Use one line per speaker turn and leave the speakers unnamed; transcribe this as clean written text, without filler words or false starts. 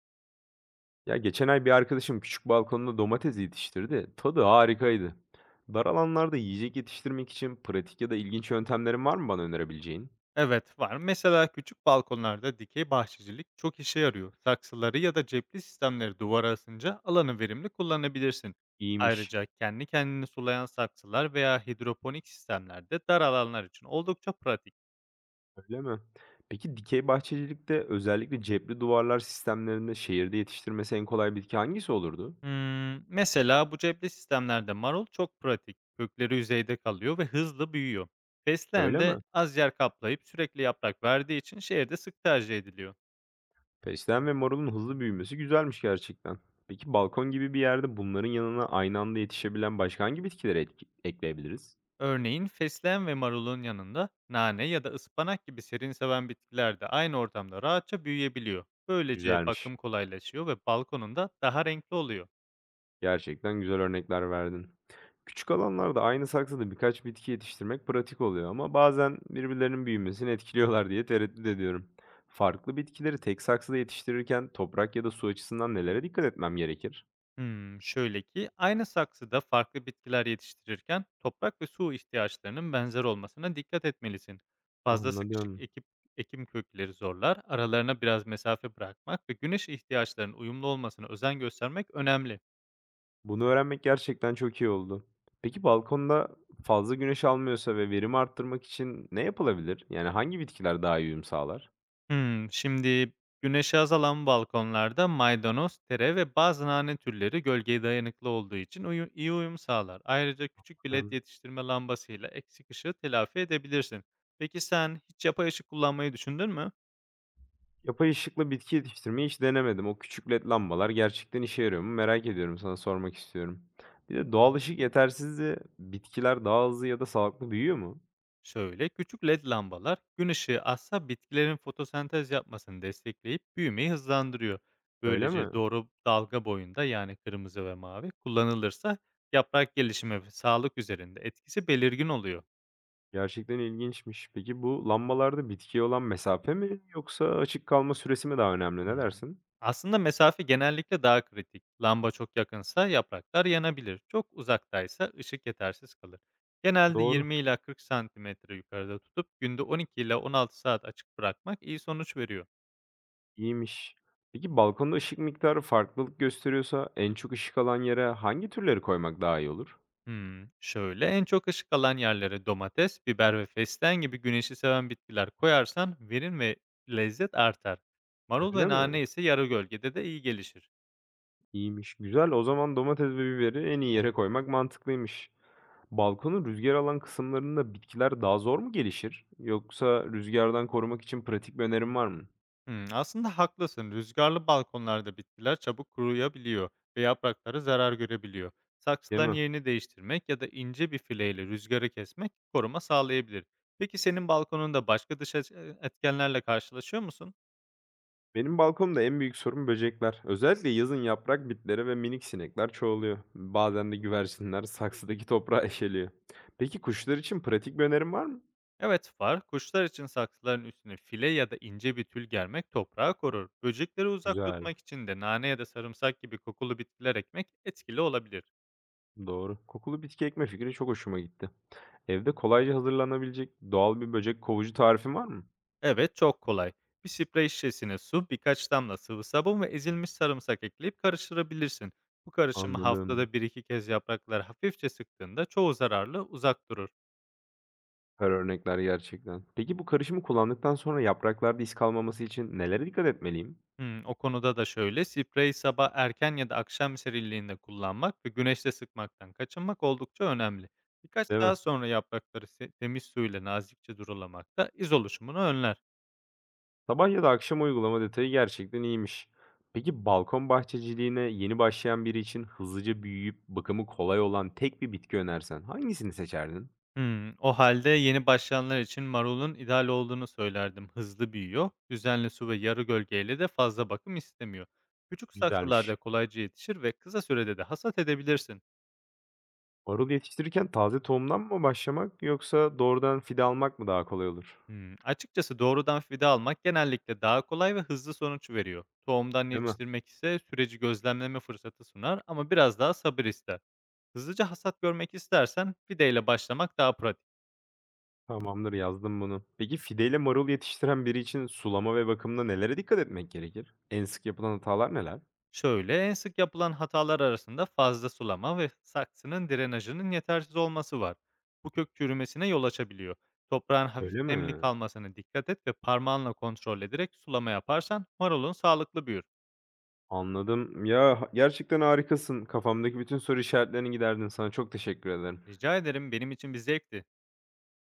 Ya geçen ay bir arkadaşım küçük balkonunda domates yetiştirdi. Tadı harikaydı. Dar alanlarda yiyecek yetiştirmek için pratik ya da ilginç yöntemlerin var mı bana önerebileceğin?
Evet, var. Mesela küçük balkonlarda dikey bahçecilik çok işe yarıyor. Saksıları ya da cepli sistemleri duvara asınca alanı verimli kullanabilirsin.
İyiymiş.
Ayrıca kendi kendini sulayan saksılar veya hidroponik sistemlerde dar alanlar için oldukça pratik.
Öyle mi? Peki dikey bahçecilikte özellikle cepli duvarlar sistemlerinde şehirde yetiştirmesi en kolay bitki hangisi olurdu?
Mesela bu cepli sistemlerde marul çok pratik. Kökleri yüzeyde kalıyor ve hızlı büyüyor. Fesleğen
Öyle mi?
de az yer kaplayıp sürekli yaprak verdiği için şehirde sık tercih ediliyor.
Fesleğen ve marulun hızlı büyümesi güzelmiş gerçekten. Peki balkon gibi bir yerde bunların yanına aynı anda yetişebilen başka hangi bitkileri ekleyebiliriz?
Örneğin fesleğen ve marulun yanında nane ya da ıspanak gibi serin seven bitkiler de aynı ortamda rahatça büyüyebiliyor. Böylece
Güzelmiş.
bakım kolaylaşıyor ve balkonunda daha renkli oluyor.
Gerçekten güzel örnekler verdin. Küçük alanlarda aynı saksıda birkaç bitki yetiştirmek pratik oluyor ama bazen birbirlerinin büyümesini etkiliyorlar diye tereddüt ediyorum. Farklı bitkileri tek saksıda yetiştirirken toprak ya da su açısından nelere dikkat etmem gerekir?
Şöyle ki aynı saksıda farklı bitkiler yetiştirirken toprak ve su ihtiyaçlarının benzer olmasına dikkat etmelisin. Fazla sıkışık
Anladım.
ekip, ekim kökleri zorlar, aralarına biraz mesafe bırakmak ve güneş ihtiyaçlarının uyumlu olmasına özen göstermek önemli.
Bunu öğrenmek gerçekten çok iyi oldu. Peki balkonda fazla güneş almıyorsa ve verimi arttırmak için ne yapılabilir? Yani hangi bitkiler daha iyi uyum sağlar?
Şimdi güneşi azalan balkonlarda maydanoz, tere ve bazı nane türleri gölgeye dayanıklı olduğu için iyi uyum sağlar. Ayrıca küçük bir led
Anladım.
yetiştirme lambasıyla eksik ışığı telafi edebilirsin. Peki sen hiç yapay ışık kullanmayı düşündün mü?
Yapay ışıkla bitki yetiştirmeyi hiç denemedim. O küçük led lambalar gerçekten işe yarıyor mu? Merak ediyorum, sana sormak istiyorum. Bir de doğal ışık yetersizliği bitkiler daha hızlı ya da sağlıklı büyüyor mu?
Şöyle, küçük led lambalar gün ışığı azsa bitkilerin fotosentez yapmasını destekleyip büyümeyi hızlandırıyor.
Öyle mi?
Böylece doğru dalga boyunda yani kırmızı ve mavi kullanılırsa yaprak gelişimi ve sağlık üzerinde etkisi belirgin oluyor.
Gerçekten ilginçmiş. Peki bu lambalarda bitkiye olan mesafe mi yoksa açık kalma süresi mi daha önemli? Ne
Hımm.
dersin?
Aslında mesafe genellikle daha kritik. Lamba çok yakınsa yapraklar yanabilir. Çok uzaktaysa ışık yetersiz kalır. Genelde
Doğru.
20 ila 40 santimetre yukarıda tutup günde 12 ila 16 saat açık bırakmak iyi sonuç veriyor.
İyiymiş. Peki balkonda ışık miktarı farklılık gösteriyorsa en çok ışık alan yere hangi türleri koymak daha iyi olur?
Şöyle, en çok ışık alan yerlere domates, biber ve fesleğen gibi güneşi seven bitkiler koyarsan verim ve lezzet artar. Marul
Öyle
ve
mi?
nane ise yarı gölgede de iyi gelişir.
İyiymiş. Güzel. O zaman domates ve biberi en iyi yere koymak mantıklıymış. Balkonun rüzgar alan kısımlarında bitkiler daha zor mu gelişir? Yoksa rüzgardan korumak için pratik bir önerin var mı?
Aslında haklısın. Rüzgarlı balkonlarda bitkiler çabuk kuruyabiliyor ve yaprakları zarar görebiliyor.
Değil
Saksıların
mi?
yerini değiştirmek ya da ince bir fileyle rüzgarı kesmek koruma sağlayabilir. Peki senin balkonunda başka etkenlerle karşılaşıyor musun?
Benim balkonumda en büyük sorun böcekler. Özellikle yazın yaprak bitleri ve minik sinekler çoğalıyor. Bazen de güvercinler saksıdaki toprağı eşeliyor. Peki kuşlar için pratik bir önerin var mı?
Evet, var. Kuşlar için saksıların üstüne file ya da ince bir tül germek toprağı korur. Böcekleri uzak
Güzel,
tutmak için de nane ya da sarımsak gibi kokulu bitkiler ekmek etkili olabilir.
doğru. Kokulu bitki ekme fikri çok hoşuma gitti. Evde kolayca hazırlanabilecek doğal bir böcek kovucu tarifi var mı?
Evet, çok kolay. Bir sprey şişesine su, birkaç damla sıvı sabun ve ezilmiş sarımsak ekleyip karıştırabilirsin. Bu karışımı
Anladım.
haftada bir iki kez yaprakları hafifçe sıktığında çoğu zararlı uzak durur.
Süper örnekler gerçekten. Peki bu karışımı kullandıktan sonra yapraklarda iz kalmaması için nelere dikkat etmeliyim?
O konuda da şöyle, spreyi sabah erken ya da akşam serinliğinde kullanmak ve güneşte sıkmaktan kaçınmak oldukça önemli. Birkaç
Değil mi?
saat sonra yaprakları temiz suyla nazikçe durulamak da iz oluşumunu önler.
Sabah ya da akşam uygulama detayı gerçekten iyiymiş. Peki balkon bahçeciliğine yeni başlayan biri için hızlıca büyüyüp bakımı kolay olan tek bir bitki önersen hangisini seçerdin?
O halde yeni başlayanlar için marulun ideal olduğunu söylerdim. Hızlı büyüyor, düzenli su ve yarı gölgeyle de fazla bakım istemiyor. Küçük
Güzelmiş.
saksılarda kolayca yetişir ve kısa sürede de hasat edebilirsin.
Marul yetiştirirken taze tohumdan mı başlamak yoksa doğrudan fide almak mı daha kolay olur?
Açıkçası doğrudan fide almak genellikle daha kolay ve hızlı sonuç veriyor. Tohumdan
Değil mi?
yetiştirmek ise süreci gözlemleme fırsatı sunar ama biraz daha sabır ister. Hızlıca hasat görmek istersen fideyle başlamak daha pratik.
Tamamdır, yazdım bunu. Peki fideyle marul yetiştiren biri için sulama ve bakımda nelere dikkat etmek gerekir? En sık yapılan hatalar neler?
Şöyle en sık yapılan hatalar arasında fazla sulama ve saksının drenajının yetersiz olması var. Bu kök çürümesine yol açabiliyor. Toprağın hafif
Öyle
nemli
mi?
kalmasına dikkat et ve parmağınla kontrol ederek sulama yaparsan marulun sağlıklı büyür.
Anladım. Ya, gerçekten harikasın. Kafamdaki bütün soru işaretlerini giderdin. Sana çok teşekkür ederim.
Rica ederim benim için bir zevkti.